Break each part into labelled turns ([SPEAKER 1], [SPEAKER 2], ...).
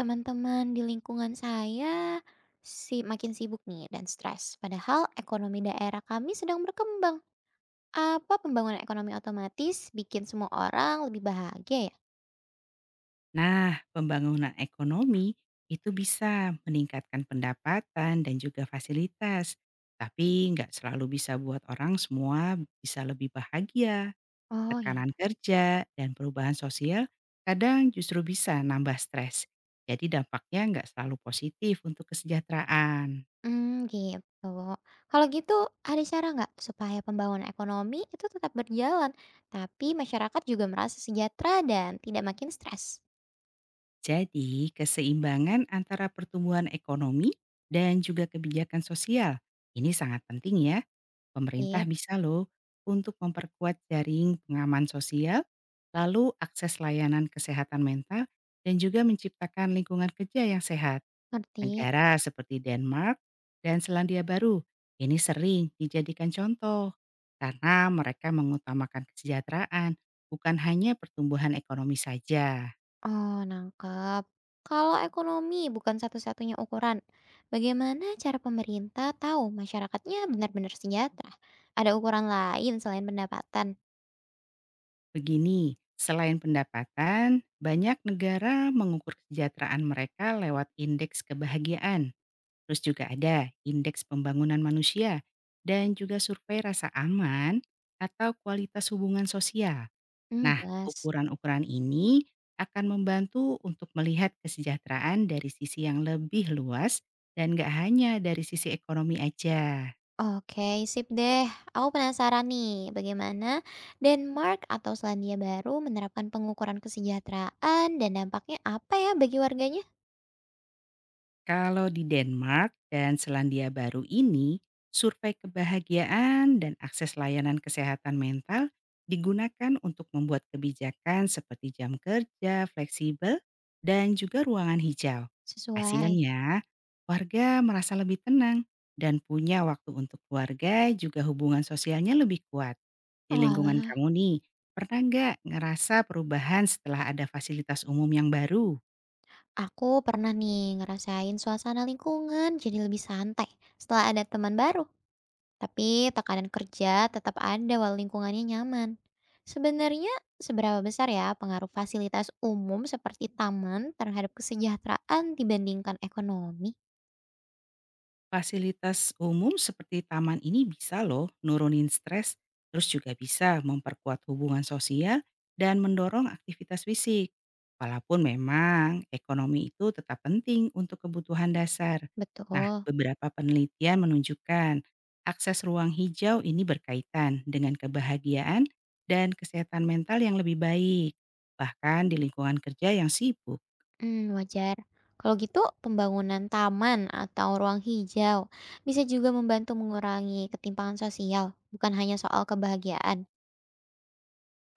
[SPEAKER 1] Teman-teman di lingkungan saya si makin sibuk nih dan stres. Padahal ekonomi daerah kami sedang berkembang. Apa pembangunan ekonomi otomatis bikin semua orang lebih bahagia ya?
[SPEAKER 2] Nah, pembangunan ekonomi itu bisa meningkatkan pendapatan dan juga fasilitas, tapi nggak selalu bisa buat orang semua bisa lebih bahagia.
[SPEAKER 1] Oh iya.
[SPEAKER 2] Tekanan kerja dan perubahan sosial kadang justru bisa nambah stres. Jadi dampaknya nggak selalu positif untuk kesejahteraan.
[SPEAKER 1] Hmm, gitu. Kalau gitu ada cara nggak supaya pembangunan ekonomi itu tetap berjalan, tapi masyarakat juga merasa sejahtera dan tidak makin stres?
[SPEAKER 2] Jadi keseimbangan antara pertumbuhan ekonomi dan juga kebijakan sosial ini sangat penting ya.
[SPEAKER 1] Iya,
[SPEAKER 2] Pemerintah bisa loh untuk memperkuat jaring pengaman sosial, lalu akses layanan kesehatan mental, dan juga menciptakan lingkungan kerja yang sehat.
[SPEAKER 1] ngerti.
[SPEAKER 2] Negara seperti Denmark dan Selandia Baru ini sering dijadikan contoh karena mereka mengutamakan kesejahteraan, bukan hanya pertumbuhan ekonomi saja.
[SPEAKER 1] Oh, nangkep. Kalau ekonomi bukan satu-satunya ukuran, bagaimana cara pemerintah tahu masyarakatnya benar-benar sejahtera? Ada ukuran lain selain pendapatan?
[SPEAKER 2] Begini, selain pendapatan, banyak negara mengukur kesejahteraan mereka lewat indeks kebahagiaan. Terus juga ada indeks pembangunan manusia dan juga survei rasa aman atau kualitas hubungan sosial.
[SPEAKER 1] Hmm,
[SPEAKER 2] Nah,
[SPEAKER 1] jelas.
[SPEAKER 2] ukuran-ukuran ini akan membantu untuk melihat kesejahteraan dari sisi yang lebih luas dan gak hanya dari sisi ekonomi aja.
[SPEAKER 1] Oke, sip deh. Aku penasaran nih, bagaimana Denmark atau Selandia Baru menerapkan pengukuran kesejahteraan dan dampaknya apa ya bagi warganya?
[SPEAKER 2] Kalau di Denmark dan Selandia Baru ini, survei kebahagiaan dan akses layanan kesehatan mental digunakan untuk membuat kebijakan seperti jam kerja fleksibel dan juga ruangan hijau.
[SPEAKER 1] Sesuai.
[SPEAKER 2] Hasilnya, warga merasa lebih tenang dan punya waktu untuk keluarga juga hubungan sosialnya lebih kuat. Di lingkungan
[SPEAKER 1] Walah,
[SPEAKER 2] kamu nih, pernah nggak ngerasa perubahan setelah ada fasilitas umum yang baru?
[SPEAKER 1] aku pernah nih ngerasain suasana lingkungan jadi lebih santai setelah ada teman baru. Tapi tekanan kerja tetap ada walau lingkungannya nyaman. Sebenarnya seberapa besar ya pengaruh fasilitas umum seperti taman terhadap kesejahteraan dibandingkan ekonomi?
[SPEAKER 2] Fasilitas umum seperti taman ini bisa loh nurunin stres, terus juga bisa memperkuat hubungan sosial dan mendorong aktivitas fisik. Walaupun memang ekonomi itu tetap penting untuk kebutuhan dasar. Nah,
[SPEAKER 1] Betul.
[SPEAKER 2] beberapa penelitian menunjukkan akses ruang hijau ini berkaitan dengan kebahagiaan dan kesehatan mental yang lebih baik, bahkan di lingkungan kerja yang sibuk.
[SPEAKER 1] Hmm, wajar. Kalau gitu, pembangunan taman atau ruang hijau bisa juga membantu mengurangi ketimpangan sosial, bukan hanya soal kebahagiaan.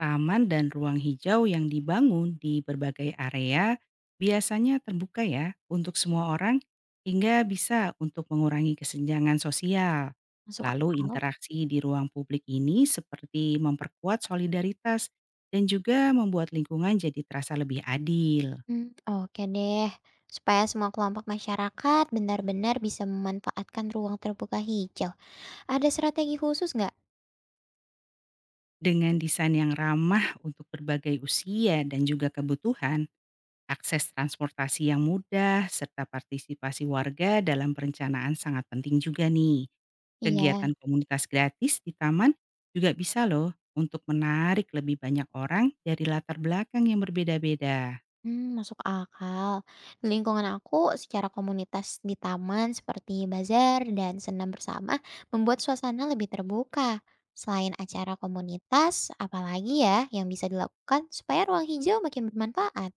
[SPEAKER 2] Taman dan ruang hijau yang dibangun di berbagai area biasanya terbuka ya untuk semua orang hingga bisa untuk mengurangi kesenjangan sosial.
[SPEAKER 1] Masuk
[SPEAKER 2] Lalu
[SPEAKER 1] akal.
[SPEAKER 2] interaksi di ruang publik ini seperti memperkuat solidaritas dan juga membuat lingkungan jadi terasa lebih adil.
[SPEAKER 1] Hmm, oke deh. Supaya semua kelompok masyarakat benar-benar bisa memanfaatkan ruang terbuka hijau. Ada strategi khusus nggak?
[SPEAKER 2] Dengan desain yang ramah untuk berbagai usia dan juga kebutuhan, akses transportasi yang mudah, serta partisipasi warga dalam perencanaan sangat penting juga nih.
[SPEAKER 1] Iya.
[SPEAKER 2] Kegiatan komunitas gratis di taman juga bisa loh untuk menarik lebih banyak orang dari latar belakang yang berbeda-beda.
[SPEAKER 1] Hmm, masuk akal. Di lingkungan aku, secara komunitas di taman seperti bazar dan senam bersama membuat suasana lebih terbuka. Selain acara komunitas, apalagi ya yang bisa dilakukan supaya ruang hijau makin bermanfaat?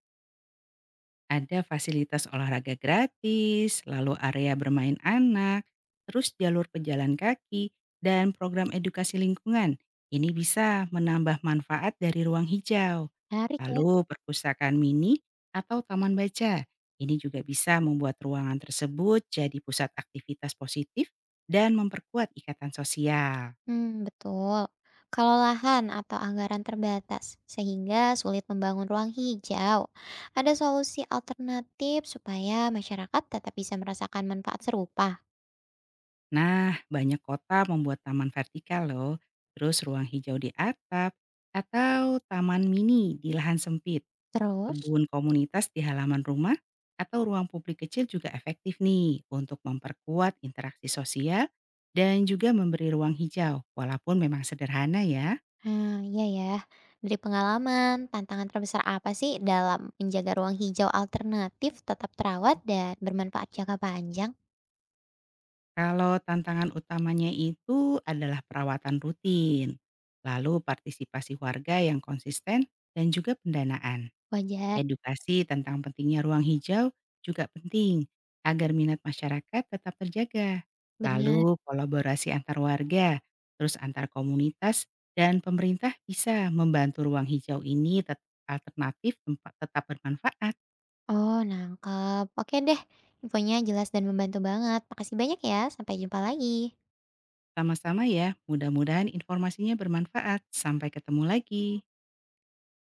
[SPEAKER 2] Ada fasilitas olahraga gratis, lalu area bermain anak, terus jalur pejalan kaki, dan program edukasi lingkungan. Ini bisa menambah manfaat dari ruang hijau.
[SPEAKER 1] Menarik ya.
[SPEAKER 2] Lalu perpustakaan mini atau taman baca. Ini juga bisa membuat ruangan tersebut jadi pusat aktivitas positif dan memperkuat ikatan sosial.
[SPEAKER 1] Hmm, betul. Kalau lahan atau anggaran terbatas, sehingga sulit membangun ruang hijau, ada solusi alternatif supaya masyarakat tetap bisa merasakan manfaat serupa.
[SPEAKER 2] Nah, banyak kota membuat taman vertikal loh, terus ruang hijau di atap, atau taman mini di lahan sempit,
[SPEAKER 1] Terus,
[SPEAKER 2] kebun komunitas di halaman rumah, atau ruang publik kecil juga efektif nih untuk memperkuat interaksi sosial dan juga memberi ruang hijau, walaupun memang sederhana ya.
[SPEAKER 1] nah, iya ya. Dari pengalaman, tantangan terbesar apa sih dalam menjaga ruang hijau alternatif tetap terawat dan bermanfaat jangka panjang?
[SPEAKER 2] Kalau tantangan utamanya itu adalah perawatan rutin, lalu partisipasi warga yang konsisten dan juga pendanaan.
[SPEAKER 1] Wajar,
[SPEAKER 2] Edukasi tentang pentingnya ruang hijau juga penting agar minat masyarakat tetap terjaga.
[SPEAKER 1] benar.
[SPEAKER 2] Lalu kolaborasi antar warga, terus antar komunitas dan pemerintah bisa membantu ruang hijau ini tetap alternatif tempat tetap bermanfaat.
[SPEAKER 1] Oh, nangkep. Oke deh, infonya jelas dan membantu banget. Makasih banyak ya. Sampai jumpa lagi.
[SPEAKER 2] Sama-sama ya, mudah-mudahan informasinya bermanfaat. Sampai ketemu lagi.